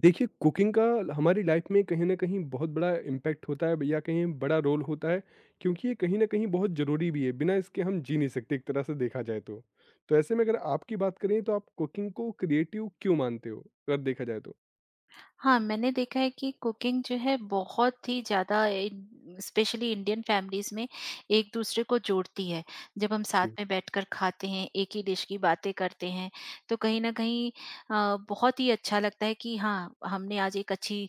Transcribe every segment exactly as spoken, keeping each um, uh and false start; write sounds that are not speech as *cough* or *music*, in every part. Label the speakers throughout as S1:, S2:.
S1: देखिए, कुकिंग का हमारी लाइफ में कहीं न कहीं बहुत बड़ा इम्पैक्ट होता है या कहें बड़ा रोल होता है, क्योंकि ये कहीं न कहीं बहुत ज़रूरी भी है, बिना इसके हम जी नहीं सकते एक तरह से देखा जाए तो। तो ऐसे में अगर आपकी बात करें तो आप कुकिंग को क्रिएटिव क्यों मानते हो, अगर देखा जाए तो?
S2: हाँ, मैंने देखा है कि कुकिंग जो है बहुत ही ज़्यादा इन स्पेशली इंडियन फैमिलीज़ में एक-दूसरे को जोड़ती है। जब हम साथ
S1: जी।
S2: में बैठकर खाते हैं, एक ही डिश की बातें करते हैं, तो कहीं न कहीं अ, बहुत ही अच्छा लगता है कि हाँ, हमने आज एक अच्छी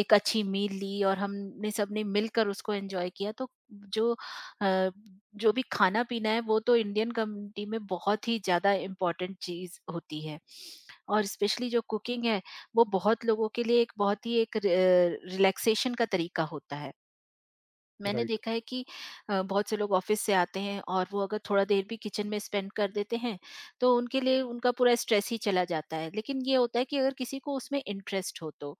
S2: एक अच्छी मील ली और हमने सबने मिलकर उसको एन्जॉय किया। तो जो अ, जो भी खाना-पीना है वो तो इंडियन कम्युनिटी में बहुत ही ज़्यादा इम्पोर्टेंट चीज़ होती है। और स्पेशली जो कुकिंग है वो बहुत लोगों के लिए एक बहुत ही एक रि रिलैक्सेशन का तरीका होता है। मैंने
S1: राइट।
S2: देखा है कि अ, बहुत से लोग ऑफ़िस से आते हैं और वो अगर थोड़ा देर भी किचन में स्पेंड कर देते हैं, तो उनके लिए उनका पूरा स्ट्रेस ही चला जाता है। लेकिन ये होता है कि अगर किसी को उसमें इंटरेस्ट हो तो।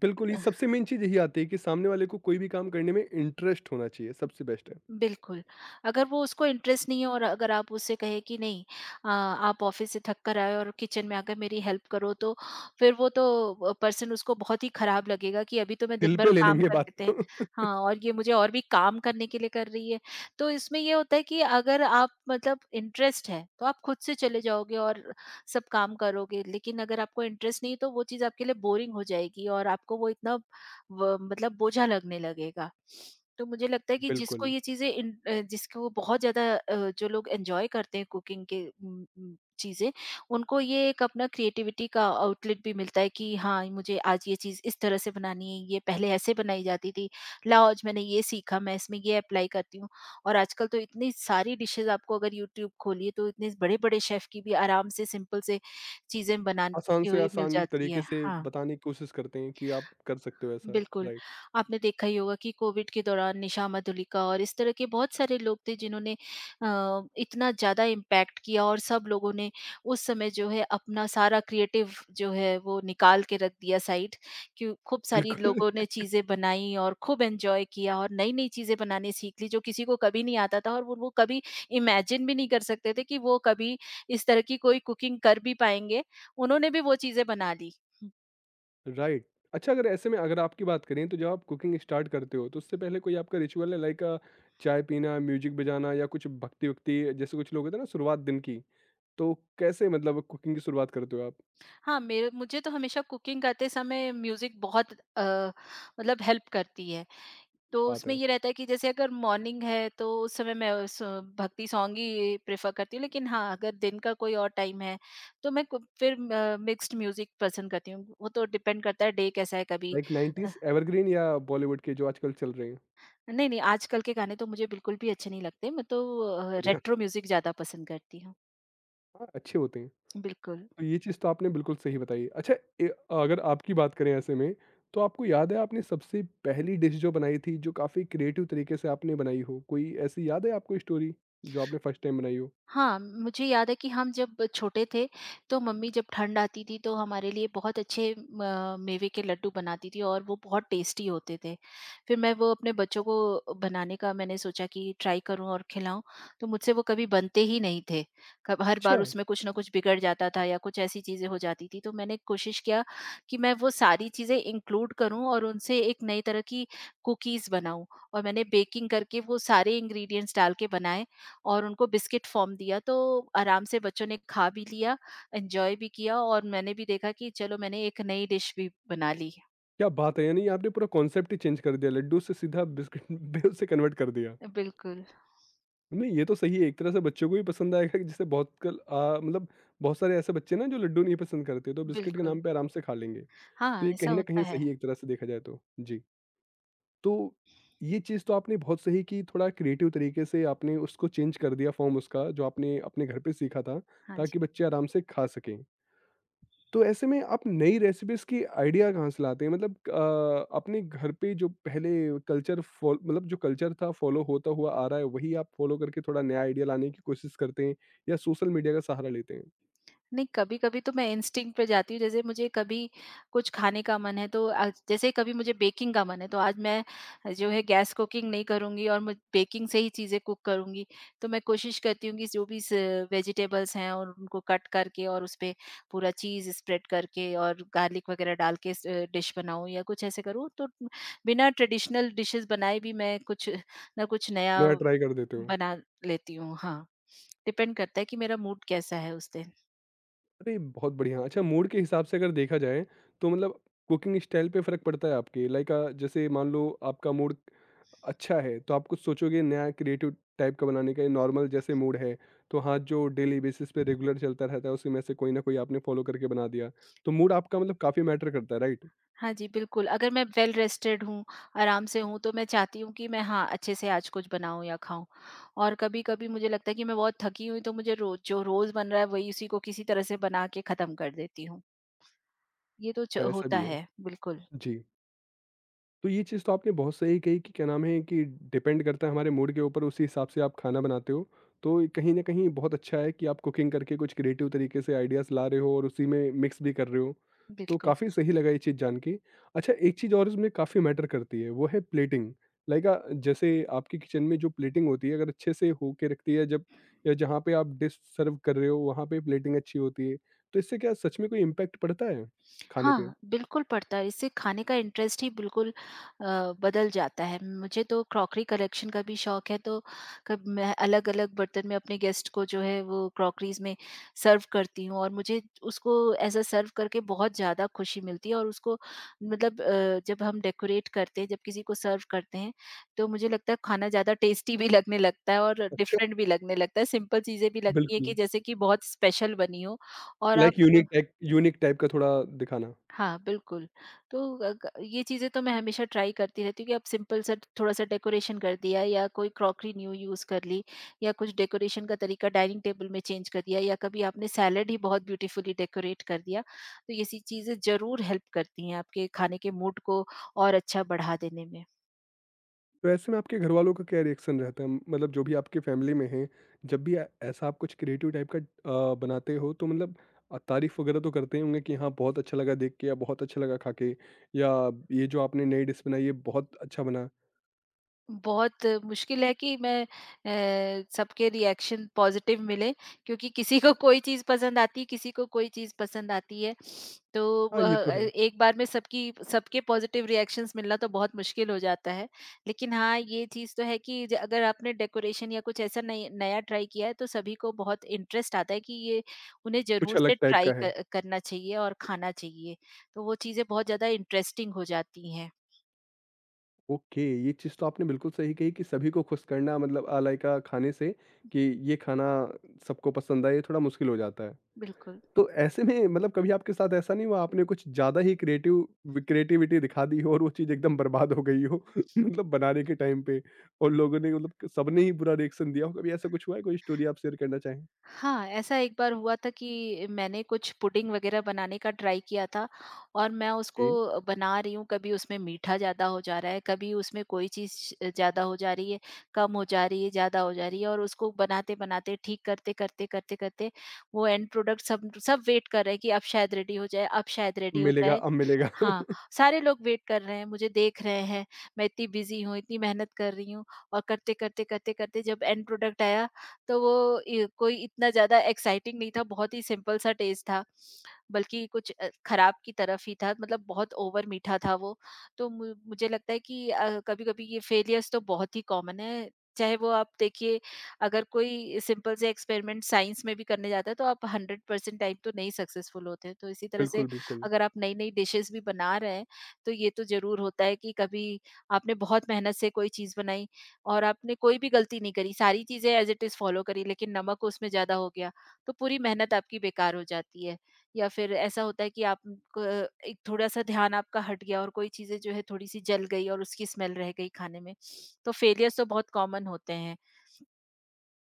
S1: बिल्कुल, ये सबसे मेन चीज़ यही आती है कि सामने वाले को कोई भी काम करने में इंटरेस्ट होना चाहिए, सबसे बेस्ट है।
S2: बिल्कुल, अगर वो उसको इंटरेस्ट नहीं है और अगर आप उससे कहें कि नहीं अ, आप ऑफ़िस से थक कर आए और किचन में आकर मेरी हेल्प करो, तो फिर वो तो पर्सन, उसको बहुत ही ख़राब लगेगा कि अभी तो मैं दिन
S1: दिल
S2: भर
S1: पे ले
S2: काम
S1: लेंगे बात
S2: करते हैं।
S1: को। *laughs*
S2: हाँ, और ये मुझे और भी काम करने के लिए कर रही है। तो इसमें ये होता है कि अगर आप, मतलब, इंटरेस्ट है तो आप खुद से चले जाओगे और सब काम करोगे, लेकिन अगर आपको इंटरेस्ट नहीं है तो वो चीज़ आपके लिए बोरिंग हो जाएगी और आपको वो इतना व मतलब बोझा लगने लगेगा। तो मुझे लगता है कि जिसको
S1: बिल्कुल।
S2: ये चीज़ें इन अ, जिसको बहुत ज़्यादा अ, जो लोग एन्जॉय करते हैं कुकिंग के उम, उम, चीज़ें, उनको ये एक अपना क्रिएटिविटी का आउटलेट भी मिलता है कि हाँ, मुझे आज ये चीज़ इस तरह से बनानी है, ये पहले ऐसे बनाई जाती थी। लाओ, आज मैंने ये सीखा, मैं इसमें ये अप्लाई करती हूँ। और आजकल तो इतनी सारी डिशेज़, आपको अगर यूट्यूब खोलिए तो इतने बड़े-बड़े शेफ़ की भी आराम से सिंपल से चीज़ें
S1: आसान
S2: बनाती
S1: से
S2: हुई मिल
S1: आसान
S2: जाती है।
S1: तरीके से
S2: हाँ।
S1: बताने की कोशिश करते हैं कि आप कर सकते हो ऐसा,
S2: बिल्कुल,
S1: राइट।
S2: आपने देखा ही होगा कि कोविड के दौरान निशा मधुलिका और इस तरह के बहुत सारे लोग थे, जिन्होंने अ, इतना ज़्यादा इम्पैक्ट किया, और सब लोगों ने उस समय जो है अपना सारा क्रिएटिव जो है वो निकाल के रख दिया साइड। क्यों, खूब सारी
S1: बिल्कुल।
S2: लोगों ने चीज़ें बनाई और खूब एन्जॉय किया और नई-नई चीज़ें बनाने सीख ली, जो किसी को कभी नहीं आता था, और वो वो कभी इमेजिन भी नहीं कर सकते थे कि वो कभी इस तरह की कोई कुकिंग कर भी पाएँगे। उन्होंने भी वो चीज़ें बना ली।
S1: राइट। अच्छा, अगर ऐसे में अगर आपकी बात करें तो जब आप कुकिंग स्टार्ट करते हो तो उससे पहले कोई आपका रिचुअल है, लाइक अ, चाय पीना, म्यूजिक बजाना या कुछ भक्ति-वक्ति, जैसे कुछ लोग होते हैं ना शुरुआत दिन की, तो कैसे मतलब कुकिंग की शुरुआत करते हो आप?
S2: हाँ, मेरे मुझे तो हमेशा कुकिंग करते समय म्यूजिक बहुत अ, मतलब हेल्प करती है, तो
S1: बात
S2: उसमें
S1: है।
S2: ये रहता है कि जैसे अगर मॉर्निंग है तो उस समय मैं उस भक्ति सॉन्ग ही प्रेफर करती हूँ, लेकिन हाँ, अगर दिन का कोई और टाइम है तो मैं कु- फिर मिक्स्ड म्यूजिक पसंद करती हूँ, वो तो डिपेंड करता है डे कैसा है। कभी
S1: लाइक
S2: अ,
S1: नाइंटीज़ एवरग्रीन या बॉलीवुड के जो आजकल चल रहे हैं?
S2: नहीं नहीं, आजकल के गाने तो मुझे बिल्कुल भी अच्छे नहीं लगते, मैं तो
S1: बढ़िया।
S2: रेट्रो म्यूजिक ज्यादा पसंद करती हूँ।
S1: हाँ, अच्छे होते हैं।
S2: बिल्कुल।
S1: तो ये चीज़ तो आपने बिल्कुल सही बताई। अच्छा, ए अगर आपकी बात करें ऐसे में, तो आपको याद है आपने सबसे पहली डिश जो बनाई थी जो काफ़ी क्रिएटिव तरीके से आपने बनाई हो? कोई ऐसी याद है आपको स्टोरी जो आपने फर्स्ट टाइम बनाई हो?
S2: हाँ, मुझे याद है कि हम जब छोटे थे, तो मम्मी, जब ठंड आती थी तो हमारे लिए बहुत अच्छे म मेवे के लड्डू बनाती थी, और वो बहुत टेस्टी होते थे। फिर मैं वो अपने बच्चों को बनाने का, मैंने सोचा कि ट्राई करूँ और खिलाऊँ, तो मुझसे वो कभी बनते ही नहीं थे। कब हर बार
S1: अच्छा!
S2: उसमें कुछ न कुछ बिगड़ जाता था या कुछ ऐसी चीज़ें हो जाती थी, तो मैंने कोशिश किया कि मैं वो सारी चीज़ें इंक्लूड करूँ और उनसे एक नई तरह की कुकीज़ बनाऊँ, और मैंने बेकिंग करके वो सारे इंग्रीडिएंट्स डाल के बनाए और उनको बिस्किट फॉर्म दिया। तो आराम से बच्चों ने खा भी लिया, एन्जॉय भी किया, और मैंने भी देखा कि चलो, मैंने एक नई डिश भी बना ली।
S1: क्या बात है! यानी आपने पूरा कॉन्सेप्ट ही चेंज कर दिया, लड्डू से सीधा बिस्किट *laughs* में उसे कन्वर्ट कर दिया।
S2: बिल्कुल,
S1: नहीं, ये तो सही है, एक तरह से बच्चों को भी पसंद आएगा कि जैसे बहुत कल अ, मतलब बहुत सारे ऐसे बच्चे ना जो लड्डू नहीं पसंद करते, तो बिस्किट के
S2: बिल्कुल।
S1: नाम पे आराम से खा लेंगे। तो
S2: हाँ,
S1: ये
S2: ऐसा
S1: कहीं न
S2: होता
S1: कहीं सही
S2: है।
S1: है एक तरह से देखा जाए तो। जी। तो ये चीज़ तो आपने बहुत सही की, थोड़ा क्रिएटिव तरीके से आपने उसको चेंज कर दिया फ़ॉर्म उसका, जो आपने अपने घर पे सीखा था,
S2: हाँ
S1: ताकि
S2: जी।
S1: बच्चे आराम से खा सकें। तो ऐसे में आप नई रेसिपीज़ की आइडिया कहाँ से लाते हैं? मतलब अ, अपने घर पे जो पहले कल्चर फ़ॉल मतलब जो कल्चर था फ़ॉलो होता हुआ आ रहा है, वही आप फ़ॉलो करके थोड़ा नया आइडिया लाने की कोशिश करते हैं, या सोशल मीडिया का सहारा लेते हैं?
S2: नहीं, कभी-कभी तो मैं इंस्टिंक्ट पे जाती हूँ, जैसे मुझे कभी कुछ खाने का मन है तो, आज जैसे कभी मुझे बेकिंग का मन है तो आज मैं जो है गैस कुकिंग नहीं करूँगी और मैं बेकिंग से ही चीज़ें कुक करूँगी। तो मैं कोशिश करती हूँ कि जो भी स वेजिटेबल्स हैं और उनको कट करके और उसपे पूरा चीज़ स्प्रेड करके और गार्लिक वगैरह डाल के स डिश बनाऊँ या कुछ ऐसे करूँ, तो बिना ट्रेडिशनल डिशेज़ बनाए भी मैं कुछ ना कुछ नया
S1: नया ट्राई कर देते हो?
S2: बना लेती हूँ। हाँ, डिपेंड करता है कि मेरा मूड कैसा है उस दिन।
S1: अरे! बहुत बढ़िया। अच्छा, मूड के हिसाब से अगर देखा जाए तो मतलब कुकिंग स्टाइल पे फ़र्क पड़ता है आपके? लाइक अ, जैसे मान लो आपका मूड अच्छा है, तो आप कुछ सोचोगे नया क्रिएटिव टाइप का बनाने का, ये नॉर्मल जैसे मूड है, तो हाँ, जो डेली बेसिस पे रेगुलर चलता रहता है, उसी में से कोई ना कोई आपने फ़ॉलो करके बना दिया। तो मूड आपका मतलब काफ़ी मैटर करता है, राइट?
S2: हाँ जी, बिल्कुल, अगर मैं वेल रेस्टेड हूँ, आराम से हूँ, तो मैं चाहती हूँ कि मैं, हाँ, अच्छे से आज कुछ बनाऊँ या खाऊँ। और कभी-कभी मुझे लगता है कि मैं बहुत थकी हुई, तो मुझे रोज़ जो रोज़ बन रहा है, वही, उसी को किसी तरह से बना के ख़त्म कर देती हूँ। ये तो च
S1: ऐसा
S2: होता
S1: भी है।
S2: है, बिल्कुल,
S1: जी। तो ये चीज़ तो आपने बहुत सही कही कि क्या नाम है कि डिपेंड करता है हमारे मूड के ऊपर, उसी हिसाब से आप खाना बनाते हो। तो कहीं न कहीं बहुत अच्छा है कि आप कुकिंग करके कुछ क्रिएटिव तरीके से आइडियाज़ ला रहे हो और उसी में मिक्स भी कर रहे हो। तो
S2: बिल्कुल।
S1: काफ़ी सही लगा ये चीज़ जान के। अच्छा, एक चीज़ और इसमें काफ़ी मैटर करती है वो है प्लेटिंग। लाइक अ, जैसे आपके किचन में जो प्लेटिंग होती है अगर अच्छे से हो के रखती है, जब या जहाँ पे आप डिश सर्व कर रहे हो वहाँ पे प्लेटिंग अच्छी होती है। तो इससे क्या सच में कोई इम्पैक्ट पड़ता है खाने पे?
S2: हाँ, बिल्कुल पड़ता है। इससे खाने का इंटरेस्ट ही बिल्कुल अ, बदल जाता है। मुझे तो क्रॉकरी कलेक्शन का भी शौक है, तो कब मैं अलग-अलग बर्तन में अपने गेस्ट को जो है वो क्रॉकरीज़ में सर्व करती हूँ, और मुझे उसको ऐसा सर्व करके बहुत ज़्यादा खुशी मिलती है। और उसको, मतलब, अ, जब हम डेकोरेट करते हैं, जब किसी को सर्व करते हैं, तो मुझे लगता है खाना ज़्यादा टेस्टी भी लगने लगता है और
S1: अच्छा।
S2: डिफरेंट भी लगने लगता है। सिंपल चीज़ें भी लगती हैं कि
S1: बिल्कुल।
S2: जैसे कि बहुत स्पेशल बनी हो, और आप,
S1: like unique type unique type का थोड़ा दिखाना।
S2: हाँ, बिल्कुल। तो अ, ग ये चीज़ें तो मैं हमेशा ट्राई करती रहती हूँ कि अब सिंपल सा थोड़ा-सा डेकोरेशन कर दिया, या कोई क्रॉकरी न्यू यूज़ कर ली, या कुछ डेकोरेशन का तरीका डाइनिंग टेबल में चेंज कर दिया, या कभी आपने सैलेड ही बहुत ब्यूटीफुली डेकोरेट कर दिया। तो ये सी चीज़ें ज़रूर हेल्प करती हैं आपके खाने के मूड को और अच्छा बढ़ा देने में।
S1: तो ऐसे में आपके घरवालों का क्या रिएक्शन रहता है? मतलब जो भी आपके फैमिली में हैं, जब भी ऐ ऐसा आप कुछ क्रिएटिव टाइप का अ, बनाते हो तो मतलब अ, तारीफ़ वगैरह तो करते ही होंगे कि हाँ, बहुत अच्छा लगा देख के, या बहुत अच्छा लगा खा के, या ये जो आपने नई डिश बनाई ये बहुत अच्छा बना।
S2: बहुत मुश्किल है कि मैं अ, सबके रिएक्शन पॉजिटिव मिले, क्योंकि किसी को कोई चीज़ पसंद आती है, किसी को कोई चीज़ पसंद आती है। तो
S1: हाँ,
S2: वह,
S1: ये तो
S2: अ,
S1: है,
S2: एक बार में सबकी, सबके पॉजिटिव रिएक्शंस मिलना तो बहुत मुश्किल हो जाता है। लेकिन हाँ, ये चीज़ तो है कि ज अगर आपने डेकोरेशन या कुछ ऐसा नई नया ट्राई किया है, तो सभी को बहुत इंटरेस्ट आता है कि ये उन्हें
S1: कुछ
S2: ज़रूर से
S1: अलग टाइप
S2: ट्राई
S1: का
S2: क
S1: है।
S2: करना चाहिए और खाना चाहिए। तो वो चीज़ें बहुत ज़्यादा इंटरेस्टिंग हो जाती हैं।
S1: ओके, ये चीज़ तो आपने बिल्कुल सही कही कि सभी को खुश करना मतलब अलाइका खाने से, कि ये खाना सबको पसंद आए, ये थोड़ा मुश्किल हो जाता है।
S2: बिल्कुल।
S1: तो ऐसे में मतलब कभी आपके साथ ऐसा नहीं हुआ आपने कुछ ज़्यादा ही क्रिएटिव क्रिएटिविटी दिखा दी हो और वो चीज़ एकदम बर्बाद हो गई हो *laughs* मतलब बनाने के टाइम पे, और लोगों ने मतलब सबने ही बुरा रिएक्शन दिया हो, कभी ऐसा कुछ हुआ है? कोई स्टोरी आप शेयर करना चाहें?
S2: हाँ, ऐसा एक बार हुआ था कि मैंने कुछ पुडिंग वगैरह बनाने का ट्राई किया था और मैं
S1: जी।
S2: उसको बना रही हूँ, कभी उसमें मीठा ज़्यादा हो जा रहा है, कभी उसमें कोई चीज़ ज़्यादा हो जा रही है, कम हो जा रही है, ज़्यादा हो जा रही है, और उसको बनाते-बनाते, ठीक करते, करते, करते, करते वो एंड प्रोडक्ट, सब सब वेट कर रहे हैं कि अब शायद रेडी हो जाए, अब शायद रेडी हो
S1: मिलेगा
S2: जाए।
S1: अब मिलेगा।
S2: हाँ,
S1: *laughs*
S2: सारे लोग वेट कर रहे हैं, मुझे देख रहे हैं, मैं इतनी बिज़ी हूँ, इतनी मेहनत कर रही हूँ, और करते-करते, करते-करते जब एंड प्रोडक्ट आया, तो वो इ कोई इतना ज़्यादा एक्साइटिंग नहीं था, बहुत ही सिंपल सा टेस्ट था, बल्कि कुछ अ, खराब की तरफ ही था, मतलब बहुत ओवर मीठा था वो। तो मु मुझे लगता है कि अ, कभी-कभी ये फेलियर्स तो बहुत ही कॉमन है, चाहे वो आप देखिए, अगर कोई सिंपल से एक्सपेरिमेंट साइंस में भी करने जाता है तो आप सौ प्रतिशत टाइम तो नहीं सक्सेसफुल होते हैं, तो इसी तरह से
S1: बिल्कुल बिल्कुल
S2: अगर आप नई-नई डिशेज़ भी बना रहे हैं, तो ये तो ज़रूर होता है कि कभी आपने बहुत मेहनत से कोई चीज़ बनाई और आपने कोई भी गलती नहीं करी, सारी चीज़ें एज़ इट इज़ फ़ॉलो करी, लेकिन नमक उसमें ज़्यादा हो गया, तो पूरी मेहनत आपकी बेकार हो जाती है। या फिर ऐसा होता है कि आप क एक, थोड़ा-सा ध्यान आपका हट गया और कोई चीज़ें जो है थोड़ी-सी जल गई और उसकी स्मेल रह गई खाने में। तो फेलियर्स तो बहुत कॉमन होते हैं।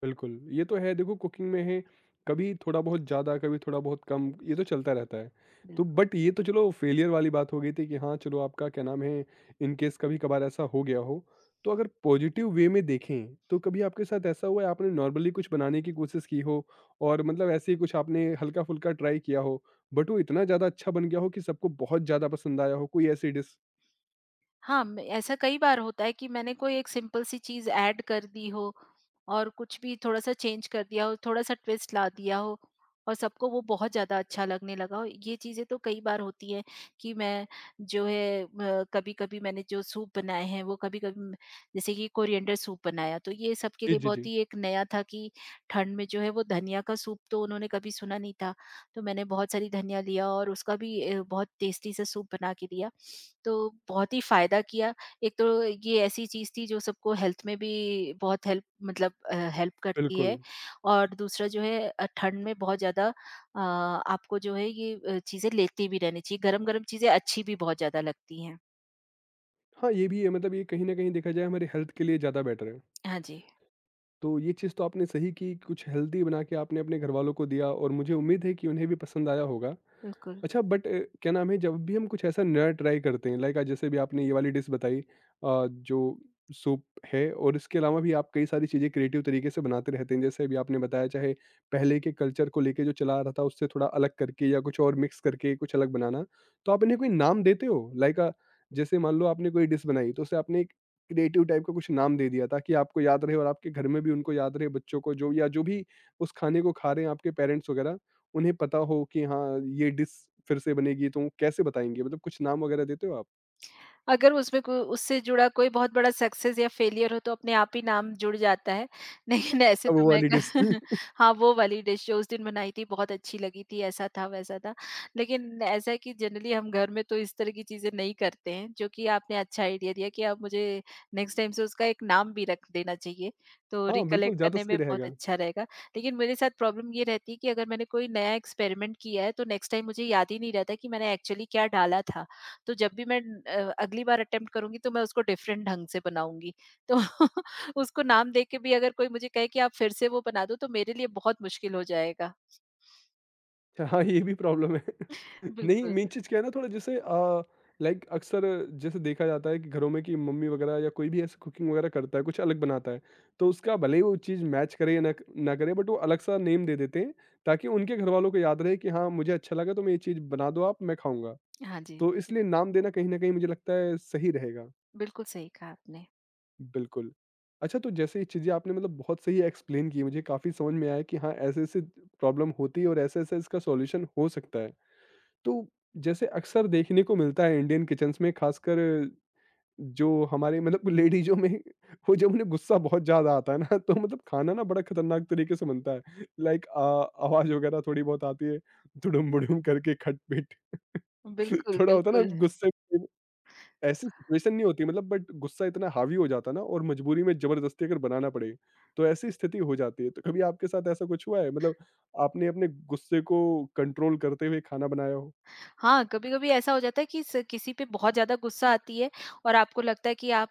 S1: बिल्कुल, ये तो है, देखो कुकिंग में है, कभी थोड़ा बहुत ज़्यादा, कभी थोड़ा बहुत कम, ये तो चलता रहता है। तो
S2: बिल्कुल।
S1: बट ये तो चलो फेलियर वाली बात हो गई थी कि हाँ, चलो आपका क्या नाम है, इन केस कभी-कभार ऐसा हो गया हो। तो अगर पॉजिटिव वे में देखें, तो कभी आपके साथ ऐसा हुआ है आपने नॉर्मली कुछ बनाने की कोशिश की हो, और मतलब ऐसे ही कुछ आपने हल्का-फुल्का ट्राई किया हो, बट वो इतना ज़्यादा अच्छा बन गया हो कि सबको बहुत ज़्यादा पसंद आया हो, कोई ऐसी डिश?
S2: हाँ, म ऐसा कई बार होता है कि मैंने कोई एक सिंपल सी चीज़ ऐड कर दी हो और कुछ भी थोड़ा-सा चेंज कर दिया हो, थोड़ा-सा ट्विस्ट ला दिया हो, और सबको वो बहुत ज़्यादा अच्छा लगने लगा हो। ये चीज़ें तो कई बार होती हैं कि मैं जो है म कभी-कभी मैंने जो सूप बनाए हैं, वो कभी-कभी म जैसे कि कोरिएंडर सूप बनाया, तो ये सबके
S1: जी,
S2: लिए
S1: जी,
S2: बहुत
S1: जी।
S2: ही एक नया था कि ठंड में जो है वो धनिया का सूप तो उन्होंने कभी सुना नहीं था। तो मैंने बहुत सारी धनिया लिया और उसका भी अ, बहुत टेस्टी सा सूप बना के दिया। तो बहुत ही फ़ायदा किया। एक तो ये ऐसी चीज़ थी जो सबको हेल्थ में भी बहुत हेल्प, मतलब अ, हेल्प करती है,
S1: बिल्कुल।
S2: और दूसरा जो है अ, ठंड में बहुत ज़्यादा अ, आपको जो है ये अ, चीज़ें लेती भी रहनी चाहिए। गरम-गरम चीज़ें अच्छी भी बहुत ज़्यादा लगती हैं।
S1: हाँ, ये भी है मतलब ये कहीं न कहीं देखा जाए हमारे हेल्थ के लिए ज़्यादा बेटर है।
S2: हाँ जी,
S1: तो ये चीज़ तो आपने सही की, कुछ हेल्दी बना के आपने अपने घरवालों को दिया, और मुझे उम्मीद है कि उन्हें भी पसंद आया होगा।
S2: बिल्कुल।
S1: अच्छा, बट अ, क्या नाम है, जब भी हम कुछ ऐसा नया ट्राई करते हैं, लाइक आज जैसे भी आपने ये वाली डिश बताई अ, जो सूप है, और इसके अलावा भी आप कई सारी चीज़ें क्रिएटिव तरीके से बनाते रहते हैं। जैसे अभी आपने बताया, चाहे पहले के कल्चर को लेके जो चला आ रहा था उससे थोड़ा अलग करके, या कुछ और मिक्स करके कुछ अलग बनाना। तो आप इन्हें कोई नाम देते हो? लाइक अ, जैसे मान लो आपने कोई डिश बनाई तो उसे आपने एक क्रिएटिव टाइप का कुछ नाम दे दिया, ताकि आपको याद रहे और आपके घर में भी उनको याद रहे, बच्चों को जो या जो भी उस खाने को खा रहे हैं, आपके पेरेंट्स वगैरह, उन्हें पता हो कि हाँ ये डिश फिर से बनेगी, तो वो कैसे बताएंगे, मतलब कुछ नाम वगैरह देते हो आप?
S2: अगर उसमें को उससे जुड़ा कोई बहुत बड़ा सक्सेस या फेलियर हो तो अपने आप ही नाम जुड़ जाता है। *laughs* लेकिन ऐसे
S1: अब
S2: तो
S1: वो
S2: मैं
S1: वाली
S2: क
S1: डिश।
S2: *laughs*
S1: *laughs*
S2: हाँ, वो वाली डिश जो उस दिन बनाई थी बहुत अच्छी लगी थी, ऐसा था, वैसा था। लेकिन ऐसा है कि जनरली हम घर में तो इस तरह की चीज़ें नहीं करते हैं, जो कि आपने अच्छा आइडिया दिया कि अब मुझे नेक्स्ट टाइम से उसका एक नाम भी रख देना चाहिए, तो
S1: हाँ, बिल्कुल
S2: रिकलेक्ट
S1: ज़्यादा
S2: करने
S1: सही
S2: में बहुत
S1: रहेगा।
S2: अच्छा रहेगा। लेकिन मेरे साथ प्रॉब्लम ये रहती है कि अगर मैंने कोई नया एक्सपेरिमेंट किया है, तो नेक्स्ट टाइम मुझे याद ही नहीं रहता कि मैंने एक्चुअली क्या डाला था। तो जब भी मैं अ, अगली बार अटेम्प्ट करूँगी, तो मैं उसको डिफरेंट ढंग से बनाऊँगी। तो *laughs* उसको नाम दे के भी अगर कोई मुझे कहे कि आप फिर से वो बना दो तो मेरे लिए बहुत मुश्किल हो जाएगा।
S1: *laughs* अच्छा, हाँ, ये भी प्रॉब्लम है। *laughs* नहीं,
S2: बिल्कुल।
S1: मेन चीज़ क्या है ना, थोड़ा जैसे अ, लाइक अक्सर जैसे देखा जाता है कि घरों में, कि मम्मी वगैरह या कोई भी ऐसे कुकिंग वगैरह करता है, कुछ अलग बनाता है, तो उसका भले ही वो चीज़ मैच करे या ना ना करे, बट वो अलग-सा नेम दे देते हैं, ताकि उनके घरवालों को याद रहे कि हाँ, मुझे अच्छा लगा तो मैं ये चीज़ बना दो आप, मैं खाऊँगा।
S2: हाँ जी।
S1: तो इसलिए नाम देना कहीं न कहीं मुझे लगता है सही रहेगा।
S2: बिल्कुल सही कहा आपने।
S1: बिल्कुल। अच्छा, तो जैसे ये चीज़ें आपने मतलब बहुत सही एक्सप्लेन की, मुझे काफ़ी समझ में आया कि हाँ, ऐसे-ऐसे प्रॉब्लम होती है और ऐसे-ऐसे इसका सॉल्यूशन हो सकता है। तो जैसे अक्सर देखने को मिलता है इंडियन किचन्स में, खासकर जो हमारे मतलब लेडीज़ों में *laughs* वो जब उन्हें गुस्सा बहुत ज़्यादा आता है ना, तो मतलब खाना ना बड़ा खतरनाक तरीके से बनता है, लाइक आवाज़ वगैरह थोड़ी बहुत आती है, दुडुम बुडुम करके खटपिट। *laughs*
S2: बिल्कुल,
S1: थोड़ा होता है ना
S2: बिल्कुल।
S1: गुस्से में, ऐसी सिचुएशन नहीं होती मतलब, बट गुस्सा इतना हावी हो जाता है ना, और मजबूरी में जबरदस्ती अगर बनाना पड़े तो ऐसी स्थिति हो जाती है। तो कभी आपके साथ ऐसा कुछ हुआ है, मतलब आपने अपने गुस्से को कंट्रोल करते हुए खाना बनाया हो?
S2: हाँ, कभी-कभी ऐसा हो जाता है कि स किसी पे बहुत ज़्यादा गुस्सा आती है, और आपको लगता है कि आप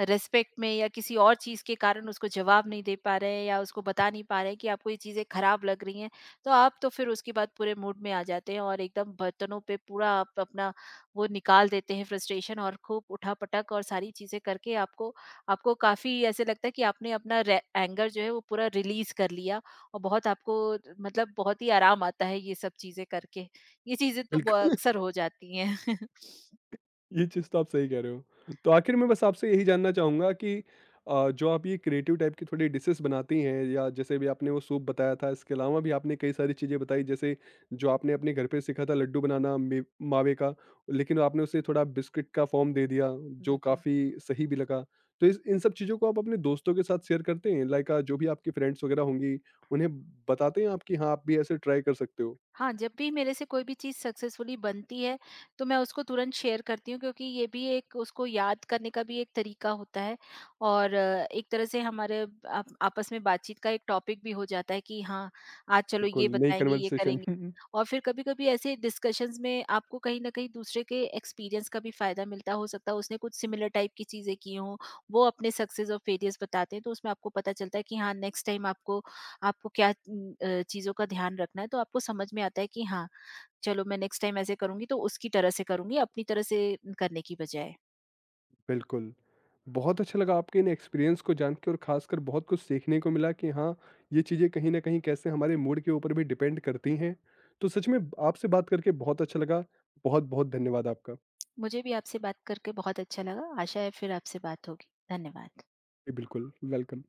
S2: रिस्पेक्ट में या किसी और चीज़ के कारण उसको जवाब नहीं दे पा रहे हैं या उसको बता नहीं पा रहे हैं कि आपको ये चीज़ें खराब लग रही हैं। तो आप तो फिर उसके बाद पूरे मूड में आ जाते हैं और एकदम बर्तनों पे पूरा आप अपना वो निकाल देते हैं फ्रस्ट्रेशन, और खूब उठा-पटक और सारी चीज़ें करके आपको आपको काफ़ी ऐसे लगता है कि आपने अपना रे एंगर जो है वो पूरा रिलीज़ कर लिया, और बहुत आपको, मतलब बहुत ही आराम आता है ये सब चीज़ें करके। ये चीज़ें तो ब
S1: बिल्कुल,
S2: अक्सर हो जाती हैं। *laughs*
S1: ये चीज़ तो आप सही कह रहे हो। तो आखिर मैं बस आपसे यही जानना चाहूँगा कि अ, जो आप ये क्रिएटिव टाइप की थोड़ी डिशेज़ बनाती हैं, या जैसे अभी आपने वो सूप बताया था, इसके अलावा भी आपने कई सारी चीज़ें बताई, जैसे जो आपने अपने घर पे सीखा था लड्डू बनाना मे मावे का, लेकिन आपने उसे थोड़ा बिस्किट का फ़ॉर्म दे दिया, जो
S2: बिल्कुल।
S1: काफ़ी सही भी लगा। तो इस इन सब चीज़ों को आप अपने दोस्तों के साथ शेयर करते हैं? लाइक अ, जो भी आपकी फ्रेंड्स वगैरह होंगी, उन्हें बताते हैं आप कि हाँ, आप भी ऐसे ट्राई कर सकते हो?
S2: हाँ, जब भी मेरे से कोई भी चीज़ सक्सेसफुली बनती है, तो मैं उसको तुरंत शेयर करती हूँ, क्योंकि ये भी एक उसको याद करने का भी एक तरीका होता है, और अ, एक तरह से हमारे आप आपस में बातचीत का एक टॉपिक भी हो जाता है कि हाँ, आज चलो ये
S1: बिल्कुल, नई
S2: बताएँगे, ये
S1: कन्वर्सेशन।
S2: करेंगे। और फिर कभी-कभी ऐसे डिस्कशंस में आपको कहीं न कहीं दूसरे के एक्सपीरियंस का भी फ़ायदा मिलता हो सकता है, उसने कुछ सिमिलर टाइप की चीज़ें की हों, वो अपने सक्सेस और फेलियर्स बताते हैं, तो उसमें आपको पता चलता है कि हाँ, नेक्स्ट टाइम आपको आपको क्या उम, अ, चीज़ों का ध्यान रखना है, तो आपको समझ में आता है कि हाँ, चलो मैं नेक्स्ट टाइम ऐसे करूँगी तो उसकी तरह से करूँगी, अपनी तरह से करने की बजाय।
S1: बिल्कुल। बहुत अच्छा लगा आपके इन एक्सपीरियंस को जान के, और ख़ासकर बहुत कुछ सीखने को मिला कि हाँ, ये चीज़ें कहीं न कहीं कैसे हमारे मूड के ऊपर भी डिपेंड करती हैं। तो सच में आपसे बात करके बहुत अच्छा लगा। बहुत-बहुत धन्यवाद आपका।
S2: मुझे भी आपसे बात करके बहुत अच्छा लगा। आशा है फिर आपसे बात होगी। धन्यवाद।
S1: जी, बिल्कुल, वेलकम।